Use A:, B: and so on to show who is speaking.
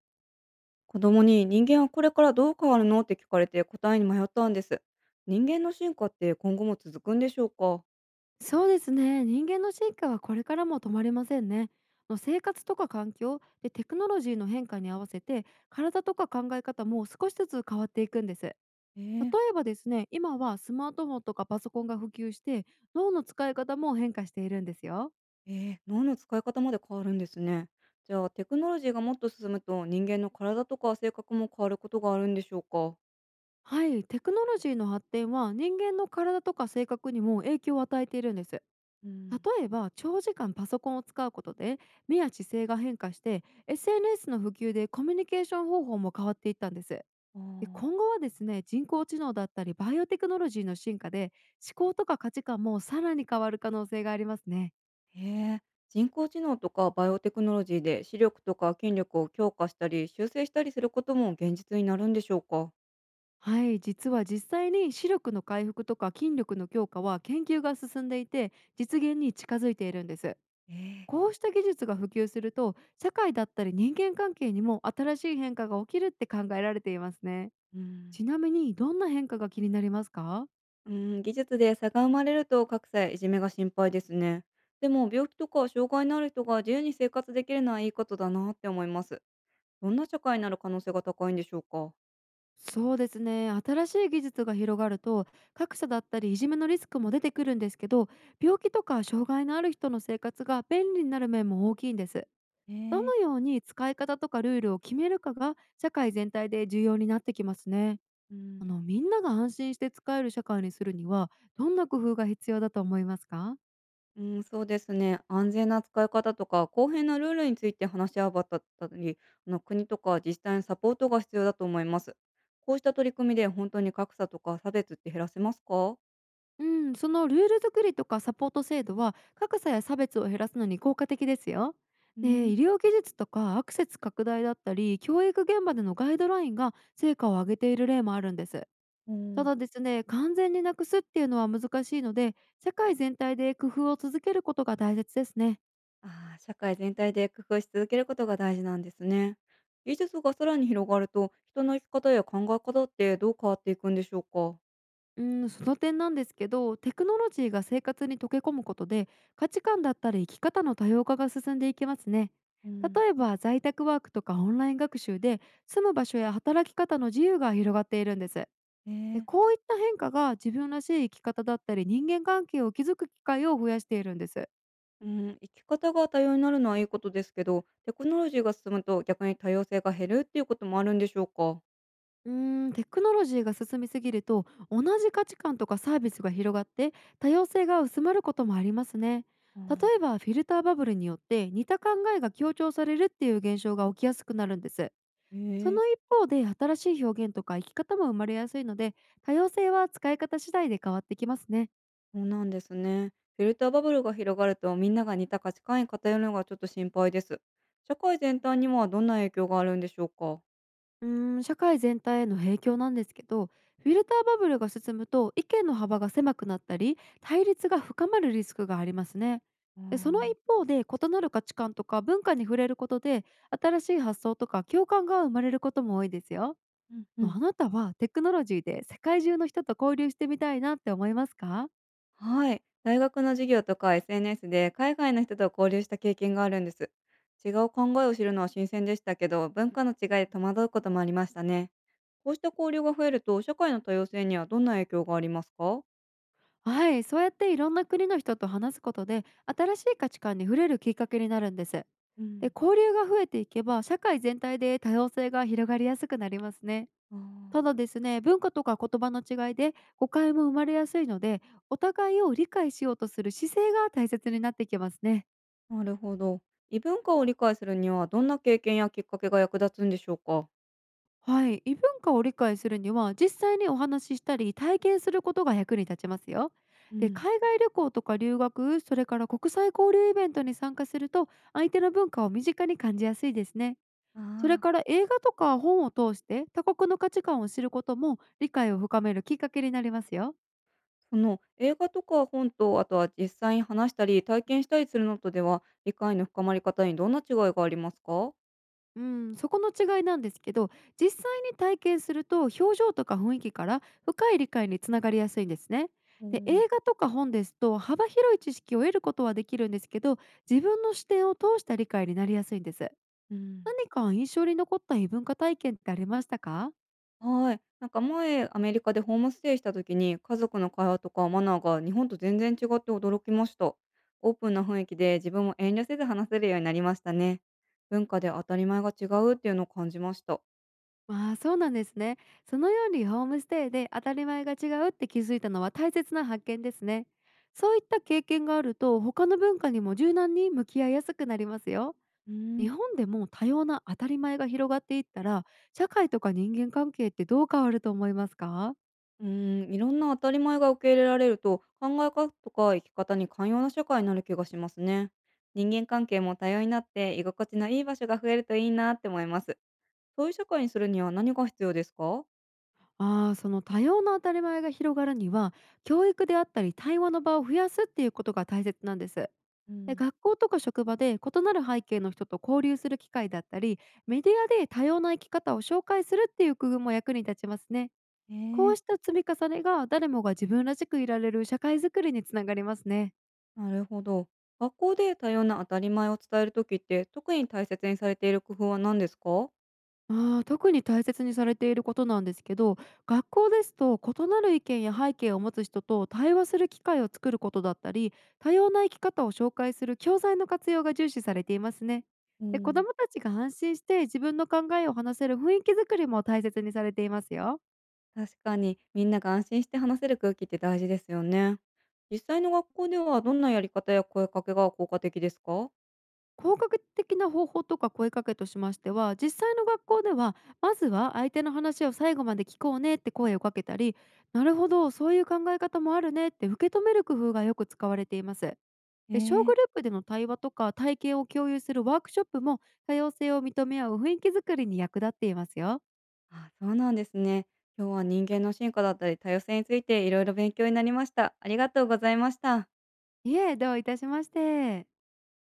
A: 子供に人間はこれからどう変わるのって聞かれて答えに迷ったんです。人間の進化って今後も続くんでしょうか？
B: そうですね。人間の進化はこれからも止まりませんね。生活とか環境でテクノロジーの変化に合わせて体とか考え方も少しずつ変わっていくんです。例
A: えー、
B: えばですね、今はスマートフォンとかパソコンが普及して脳の使い方も変化しているんですよ。
A: えー、脳の使い方まで変わるんですね。じゃあテクノロジーがもっと進むと人間の体とか性格も変わることがあるんでしょうか？
B: はい、テクノロジーの発展は人間の体とか性格にも影響を与えているんです。
A: うん。
B: 例えば長時間パソコンを使うことで目や姿勢が変化して、 SNS の普及でコミュニケーション方法も変わっていったんです。で、
A: あ
B: 今
A: あ、
B: 後はですね、人工知能だったりバイオテクノロジーの進化で、思考とか価値観もさらに変わる可能性がありますね。
A: へえ。人工知能とかバイオテクノロジーで視力とか筋力を強化したり修正したりすることも現実になるんでしょうか？
B: はい、実は実際に視力の回復とか筋力の強化は研究が進んでいて、実現に近づいているんです。
A: ええ。
B: こうした技術が普及すると、社会だったり人間関係にも新しい変化が起きるって考えられていますね。
A: うん。
B: ちなみにどんな変化が気になりますか？
A: うーん、技術で差が生まれると格差やいじめが心配ですね。でも病気とか障害のある人が自由に生活できるのはいいことだなって思います。どんな社会になる可能性が高いんでしょうか？
B: そうですね。新しい技術が広がると、格差だったりいじめのリスクも出てくるんですけど、病気とか障害のある人の生活が便利になる面も大きいんです。
A: え
B: ど
A: ー、
B: のように使い方とかルールを決めるかが社会全体で重要になってきますね。
A: うん、
B: みんなが安心して使える社会にするにはどんな工夫が必要だと思いますか？
A: うん、そうですね。安全な使い方とか公平なルールについて話し合わったり、あの国とか自治体のサポートが必要だと思います。こうした取り組みで本当に格差とか差別って減らせますか？
B: うん、そのルール作りとかサポート制度は格差や差別を減らすのに効果的ですよ。
A: う
B: で、
A: ん、
B: 医療技術とかアクセス拡大だったり教育現場でのガイドラインが成果を上げている例もあるんです。
A: う
B: た
A: ん。
B: だですね、完全になくすっていうのは難しいので、社会全体で工夫を続けることが大切ですね。
A: ああ、社会全体で工夫し続けることが大事なんですね。技術がさらに広がると、人の生き方や考え方ってどう変わっていくんでしょうか。
B: うん、その点なんですけど、テクノロジーが生活に溶け込むことで、価値観だったり生き方の多様化が進んでいきますね。
A: うん、
B: 例えば在宅ワークとかオンライン学習で住む場所や働き方の自由が広がっているんです。で、
A: ええ。
B: こういった変化が自分らしい生き方だったり人間関係を築く機会を増やしているんです。
A: うん、生き方が多様になるのはいいことですけど、テクノロジーが進むと逆に多様性が減るっていうこともあるんでしょうか。
B: うーん、テクノロジーが進みすぎると同じ価値観とかサービスが広がって多様性が薄まることもありますね。
A: う
B: 例
A: ん、
B: えばフィルターバブルによって似た考えが強調されるっていう現象が起きやすくなるんです。そ
A: ええ。
B: の一方で新しい表現とか生き方も生まれやすいので、多様性は使い方次第で変わってきますね。
A: そうなんですね。フィルターバブルが広がるとみんなが似た価値観に偏るのがちょっと心配です。社会全体にはどんな影響があるんでしょうか。
B: うーん、社会全体への影響なんですけど、フィルターバブルが進むと意見の幅が狭くなったり、対立が深まるリスクがありますね。
A: あーう
B: で、その
A: ん、
B: 一方で異なる価値観とか文化に触れることで、新しい発想とか共感が生まれることも多いですよ。
A: う
B: あ
A: ん。
B: なたはテクノロジーで世界中の人と交流してみたいなって思いますか？
A: はい。大学の授業とか SNS で海外の人と交流した経験があるんです。違う考えを知るのは新鮮でしたけど、文化の違いで戸惑うこともありましたね。こうした交流が増えると、社会の多様性にはどんな影響がありますか？
B: はい、そうやっていろんな国の人と話すことで、新しい価値観に触れるきっかけになるんです。
A: う
B: で、
A: ん、
B: 交流が増えていけば、社会全体で多様性が広がりやすくなりますね。た
A: あ
B: だですね、文化とか言葉の違いで誤解も生まれやすいので、お互いを理解しようとする姿勢が大切になってきますね。
A: あ、なるほど。異文化を理解するには、どんな経験やきっかけが役立つんでしょうか？
B: はい、異文化を理解するには、実際にお話ししたり体験することが役に立ちますよ。
A: う
B: で、
A: ん、
B: 海外旅行とか留学、それから国際交流イベントに参加すると、相手の文化を身近に感じやすいですね。それ
A: あ
B: か
A: あ、
B: ら映画とか本を通して他国の価値観を知ることも理解を深めるきっかけになりますよ。
A: その映画とか本と、あとは実際に話したり体験したりするのとでは、理解の深まり方にどんな違いがありますか？
B: うん、そこの違いなんですけど、実際に体験すると表情とか雰囲気から深い理解につながりやすいんですね。
A: お
B: で、
A: ー
B: 映画とか本ですと幅広い知識を得ることはできるんですけど、自分の視点を通した理解になりやすいんです。
A: うん。
B: 何か印象に残った異文化体験ってありましたか？
A: はい。なんか前、アメリカでホームステイした時に、家族の会話とかマナーが日本と全然違って驚きました。オープンな雰囲気で自分も遠慮せず話せるようになりましたね。文化で当たり前が違うっていうのを感じました。
B: まあそうなんですね。そのようにホームステイで当たり前が違うって気づいたのは大切な発見ですね。そういった経験があると他の文化にも柔軟に向き合いやすくなりますよ。
A: う
B: 日
A: ん。
B: 本でも多様な当たり前が広がっていったら社会とか人間関係ってどう変わると思いますか？
A: うーん、いろんな当たり前が受け入れられると、考え方とか生き方に寛容な社会になる気がしますね。人間関係も多様になって、居心地のいい場所が増えるといいなって思います。そういう社会にするには何が必要ですか？
B: ああ、その多様な当たり前が広がるには教育であったり対話の場を増やすっていうことが大切なんです。
A: う
B: で、
A: ん。
B: 学校とか職場で異なる背景の人と交流する機会だったり、メディアで多様な生き方を紹介するっていう工夫も役に立ちますね。こ
A: え
B: うし
A: え。
B: た積み重ねが誰もが自分らしくいられる社会づくりにつながりますね。
A: なるほど。学校で多様な当たり前を伝えるときって、特に大切にされている工夫は何ですか？
B: ああ、特に大切にされていることなんですけど、学校ですと異なる意見や背景を持つ人と対話する機会を作ることだったり、多様な生き方を紹介する教材の活用が重視されていますね。
A: う
B: で、子ど
A: ん、
B: もたちが安心して自分の考えを話せる雰囲気づくりも大切にされていますよ。
A: 確かに、みんなが安心して話せる空気って大事ですよね。実際の学校ではどんなやり方や声かけが効果的ですか？
B: 効果的な方法とか声かけとしましては、実際の学校ではまずは相手の話を最後まで聞こうねって声をかけたり、なるほど、そういう考え方もあるねって受け止める工夫がよく使われています。
A: え
B: で、小
A: ー、
B: グループでの対話とか体験を共有するワークショップも多様性を認め合う雰囲気づくりに役立っていますよ。
A: あ、そうなんですね。今日は人間の進化だったり多様性についていろいろ勉強になりました。ありがとうございました。
B: いえ、どういたしまして。